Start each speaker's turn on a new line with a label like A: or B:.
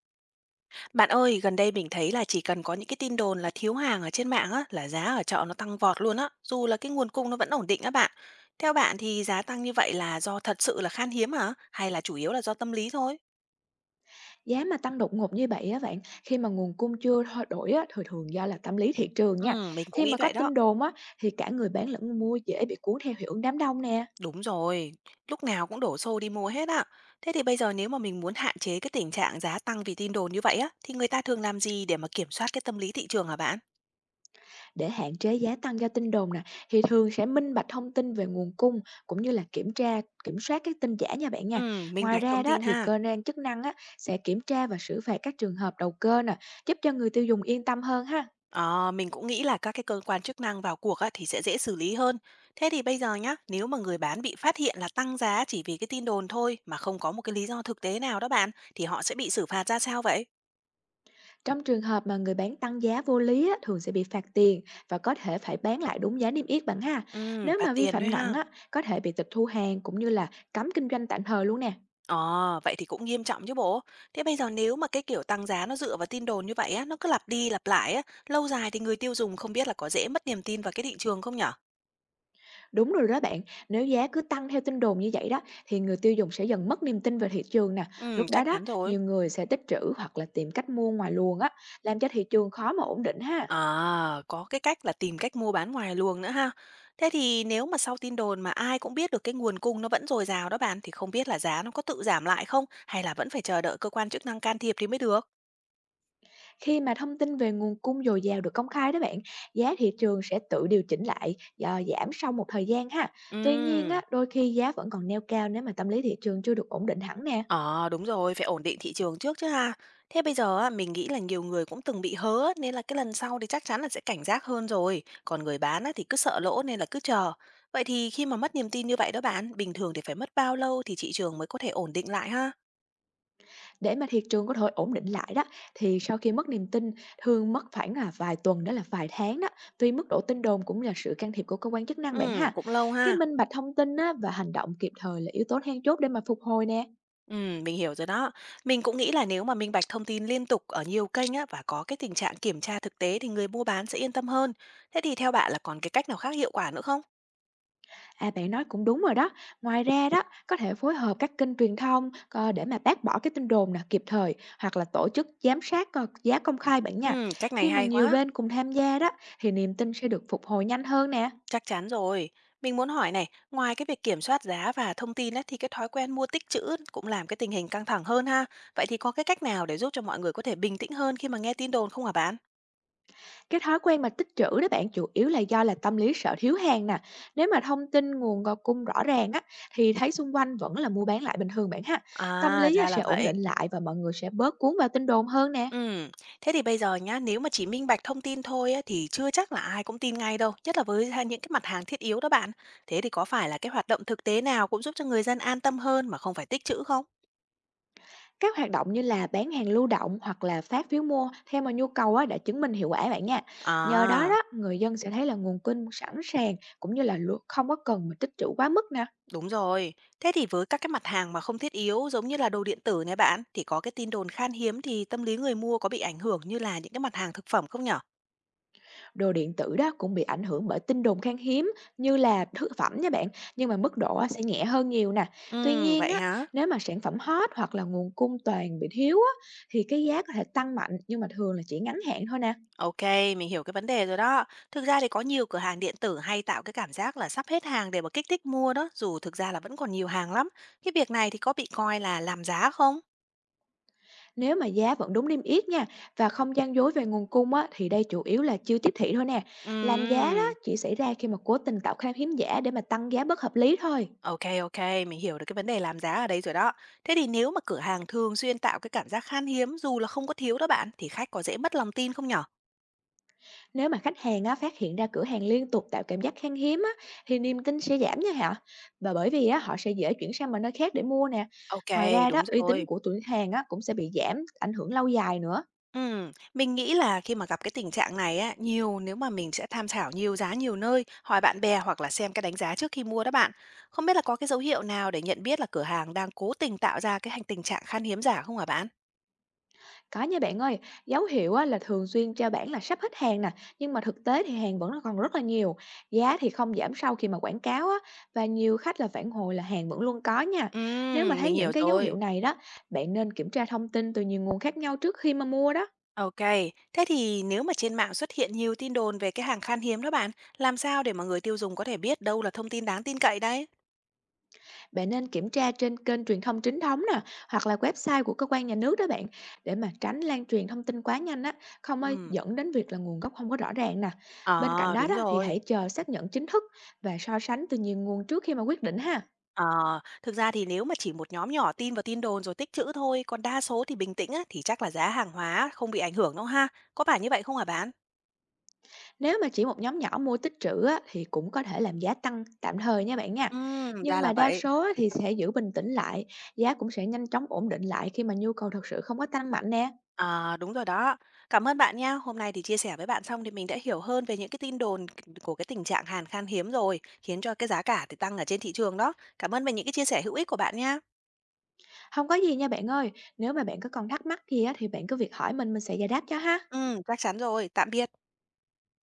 A: Bạn ơi, gần đây mình thấy là chỉ cần có những cái tin đồn là thiếu hàng ở trên mạng á, là giá ở chợ nó tăng vọt luôn á, dù là cái nguồn cung nó vẫn ổn định á bạn. Theo bạn thì giá tăng như vậy là do thật sự là khan hiếm hả? Hay là chủ yếu là do tâm lý thôi?
B: Giá mà tăng đột ngột như vậy á bạn, khi mà nguồn cung chưa thay đổi á, thường thường do là tâm lý thị trường nha.
A: Ừ, mình cũng
B: Khi
A: nghĩ
B: mà có
A: vậy đó.
B: tin đồn á, thì cả người bán lẫn người mua dễ bị cuốn theo hiệu ứng đám đông nè.
A: Đúng rồi, lúc nào cũng đổ xô đi mua hết á. Thế thì bây giờ nếu mà mình muốn hạn chế cái tình trạng giá tăng vì tin đồn như vậy á, thì người ta thường làm gì để mà kiểm soát cái tâm lý thị trường hả bạn?
B: Để hạn chế giá tăng do tin đồn nè, thì thường sẽ minh bạch thông tin về nguồn cung cũng như là kiểm tra, kiểm soát các tin giả nha bạn nha.
A: Ừ, minh
B: Ngoài
A: bạch
B: ra
A: thông
B: đó
A: tin
B: thì
A: ha.
B: cơ quan chức năng á, sẽ kiểm tra và xử phạt các trường hợp đầu cơ nè, giúp cho người tiêu dùng yên tâm hơn ha.
A: Ờ, mình cũng nghĩ là các cái cơ quan chức năng vào cuộc á, thì sẽ dễ xử lý hơn. Thế thì bây giờ nhá, nếu mà người bán bị phát hiện là tăng giá chỉ vì cái tin đồn thôi mà không có một cái lý do thực tế nào đó bạn, thì họ sẽ bị xử phạt ra sao vậy?
B: Trong trường hợp mà người bán tăng giá vô lý á, thường sẽ bị phạt tiền và có thể phải bán lại đúng giá niêm yết bạn ha.
A: Ừ,
B: Nếu
A: phạt
B: mà vi
A: tiền
B: phạm
A: thôi
B: nặng
A: ha.
B: á, có thể bị tịch thu hàng cũng như là cấm kinh doanh tạm thời luôn nè.
A: Ờ, vậy thì cũng nghiêm trọng chứ bộ. Thế bây giờ nếu mà cái kiểu tăng giá nó dựa vào tin đồn như vậy á, nó cứ lặp đi lặp lại á, lâu dài thì người tiêu dùng không biết là có dễ mất niềm tin vào cái thị trường không nhở?
B: Đúng rồi đó bạn, nếu giá cứ tăng theo tin đồn như vậy đó thì người tiêu dùng sẽ dần mất niềm tin về thị trường nè.
A: Ừ,
B: Lúc đó
A: chắc
B: đó,
A: chắn rồi.
B: nhiều người sẽ tích trữ hoặc là tìm cách mua ngoài luồng á, làm cho thị trường khó mà ổn định ha.
A: À, có cái cách là tìm cách mua bán ngoài luồng nữa ha. Thế thì nếu mà sau tin đồn mà ai cũng biết được cái nguồn cung nó vẫn dồi dào đó bạn thì không biết là giá nó có tự giảm lại không hay là vẫn phải chờ đợi cơ quan chức năng can thiệp thì mới được.
B: Khi mà thông tin về nguồn cung dồi dào được công khai đó bạn, giá thị trường sẽ tự điều chỉnh lại, giảm sau một thời gian ha. Tuy nhiên á,
A: Ừ.
B: đôi khi giá vẫn còn neo cao nếu mà tâm lý thị trường chưa được ổn định hẳn nè.
A: Ờ đúng rồi, phải ổn định thị trường trước chứ ha. Thế bây giờ á, mình nghĩ là nhiều người cũng từng bị hớ á, nên là cái lần sau thì chắc chắn là sẽ cảnh giác hơn rồi. Còn người bán á, thì cứ sợ lỗ nên là cứ chờ. Vậy thì khi mà mất niềm tin như vậy đó bạn, bình thường thì phải mất bao lâu thì thị trường mới có thể ổn định lại ha?
B: Để mà thị trường có thể ổn định lại đó, thì sau khi mất niềm tin, thường mất khoảng là vài tuần đó là vài tháng đó. Tuy mức độ tin đồn cũng là sự can thiệp của cơ quan chức năng bạn
A: Ừ,
B: ha.
A: cũng lâu
B: Cái
A: ha.
B: minh bạch thông tin á, và hành động kịp thời là yếu tố then chốt để mà phục hồi nè.
A: Mình hiểu rồi đó. Mình cũng nghĩ là nếu mà minh bạch thông tin liên tục ở nhiều kênh á, và có cái tình trạng kiểm tra thực tế thì người mua bán sẽ yên tâm hơn. Thế thì theo bạn là còn cái cách nào khác hiệu quả nữa không?
B: À, bạn nói cũng đúng rồi đó. Ngoài ra đó, có thể phối hợp các kênh truyền thông, để mà bác bỏ cái tin đồn là kịp thời hoặc là tổ chức giám sát, giá công khai bạn nha.
A: Cách này
B: Khi mà
A: hay
B: nhiều
A: quá,
B: bên cùng tham gia đó thì niềm tin sẽ được phục hồi nhanh hơn nè.
A: chắc chắn rồi. Mình muốn hỏi này, ngoài cái việc kiểm soát giá và thông tin á, thì cái thói quen mua tích trữ cũng làm cái tình hình căng thẳng hơn ha. Vậy thì có cái cách nào để giúp cho mọi người có thể bình tĩnh hơn khi mà nghe tin đồn không hả bạn?
B: Cái thói quen mà tích trữ đó bạn chủ yếu là do là tâm lý sợ thiếu hàng nè. Nếu mà thông tin nguồn cung rõ ràng á thì thấy xung quanh vẫn là mua bán lại bình thường bạn ha. Tâm
A: À,
B: lý á,
A: ra
B: sẽ
A: là
B: ổn
A: vậy.
B: định lại và mọi người sẽ bớt cuốn vào tin đồn hơn nè.
A: Ừm, thế thì bây giờ nhá, nếu mà chỉ minh bạch thông tin thôi á, thì chưa chắc là ai cũng tin ngay đâu, nhất là với ha những cái mặt hàng thiết yếu đó bạn. Thế thì có phải là cái hoạt động thực tế nào cũng giúp cho người dân an tâm hơn mà không phải tích trữ không?
B: Các hoạt động như là bán hàng lưu động hoặc là phát phiếu mua theo mà nhu cầu á, đã chứng minh hiệu quả bạn nha. Nhờ đó
A: À,
B: đó, người dân sẽ thấy là nguồn cung sẵn sàng cũng như là không có cần mà tích trữ quá mức nè.
A: đúng rồi. Thế thì với các cái mặt hàng mà không thiết yếu giống như là đồ điện tử này bạn, thì có cái tin đồn khan hiếm thì tâm lý người mua có bị ảnh hưởng như là những cái mặt hàng thực phẩm không nhở?
B: Đồ điện tử đó cũng bị ảnh hưởng bởi tin đồn khan hiếm như là thực phẩm nha bạn, nhưng mà mức độ á, sẽ nhẹ hơn nhiều nè. Tuy
A: Ừ,
B: nhiên
A: vậy
B: á,
A: hả?
B: nếu mà sản phẩm hot hoặc là nguồn cung toàn bị thiếu á, thì cái giá có thể tăng mạnh nhưng mà thường là chỉ ngắn hạn thôi nè.
A: Ok, mình hiểu cái vấn đề rồi đó. Thực ra thì có nhiều cửa hàng điện tử hay tạo cái cảm giác là sắp hết hàng để mà kích thích mua đó, dù thực ra là vẫn còn nhiều hàng lắm. Cái việc này thì có bị coi là làm giá không?
B: Nếu mà giá vẫn đúng niêm yết nha và không gian dối về nguồn cung á, thì đây chủ yếu là chưa tiếp thị thôi nè. Làm giá đó
A: Ừm,
B: chỉ xảy ra khi mà cố tình tạo khan hiếm giả để mà tăng giá bất hợp lý thôi.
A: ok ok, mình hiểu được cái vấn đề làm giá ở đây rồi đó. Thế thì nếu mà cửa hàng thường xuyên tạo cái cảm giác khan hiếm dù là không có thiếu đó bạn, thì khách có dễ mất lòng tin không nhở?
B: Nếu mà khách hàng á, phát hiện ra cửa hàng liên tục tạo cảm giác khan hiếm á, thì niềm tin sẽ giảm nha hả? Và bởi vì á, họ sẽ dễ chuyển sang một nơi khác để mua nè.
A: Ok,
B: Ngoài ra đó,
A: đúng
B: uy tín
A: rồi.
B: của cửa hàng á, cũng sẽ bị giảm, ảnh hưởng lâu dài nữa.
A: Mình nghĩ là khi mà gặp cái tình trạng này á, nhiều nếu mà mình sẽ tham khảo nhiều giá nhiều nơi, hỏi bạn bè hoặc là xem cái đánh giá trước khi mua đó bạn. Không biết là có cái dấu hiệu nào để nhận biết là cửa hàng đang cố tình tạo ra cái tình trạng khan hiếm giả không hả bạn?
B: Có nha bạn ơi, dấu hiệu á, là thường xuyên treo bảng là sắp hết hàng nè, nhưng mà thực tế thì hàng vẫn còn rất là nhiều. Giá thì không giảm sau khi mà quảng cáo á, và nhiều khách là phản hồi là hàng vẫn luôn có nha. Nếu mà thấy
A: Mình
B: những
A: hiểu
B: cái dấu hiệu
A: rồi.
B: này đó, bạn nên kiểm tra thông tin từ nhiều nguồn khác nhau trước khi mà mua đó.
A: Ok, thế thì nếu mà trên mạng xuất hiện nhiều tin đồn về cái hàng khan hiếm đó bạn, làm sao để mà người tiêu dùng có thể biết đâu là thông tin đáng tin cậy đấy?
B: Bạn nên kiểm tra trên kênh truyền thông chính thống nè, hoặc là website của cơ quan nhà nước đó bạn, để mà tránh lan truyền thông tin quá nhanh á, không ơi
A: Ừm,
B: dẫn đến việc là nguồn gốc không có rõ ràng nè. Bên cạnh
A: à,
B: đó
A: đúng
B: đó thì
A: rồi.
B: hãy chờ xác nhận chính thức và so sánh từ nhiều nguồn trước khi mà quyết định ha.
A: Ờ, thực ra thì nếu mà chỉ một nhóm nhỏ tin vào tin đồn rồi tích trữ thôi, còn đa số thì bình tĩnh á, thì chắc là giá hàng hóa không bị ảnh hưởng đâu ha. Có phải như vậy không hả bạn?
B: Nếu mà chỉ một nhóm nhỏ mua tích trữ á, thì cũng có thể làm giá tăng tạm thời nha bạn nha. Nhưng
A: Ra là
B: mà đa
A: vậy.
B: số á, thì sẽ giữ bình tĩnh lại, giá cũng sẽ nhanh chóng ổn định lại khi mà nhu cầu thật sự không có tăng mạnh nè.
A: À, đúng rồi đó. Cảm ơn bạn nha. Hôm nay thì chia sẻ với bạn xong thì mình đã hiểu hơn về những cái tin đồn của cái tình trạng hàng khan hiếm rồi, khiến cho cái giá cả thì tăng ở trên thị trường đó. Cảm ơn về những cái chia sẻ hữu ích của bạn nha.
B: Không có gì nha bạn ơi, nếu mà bạn có còn thắc mắc gì á thì bạn cứ việc hỏi mình sẽ giải đáp cho ha.
A: Ừ, chắc chắn rồi. Tạm biệt.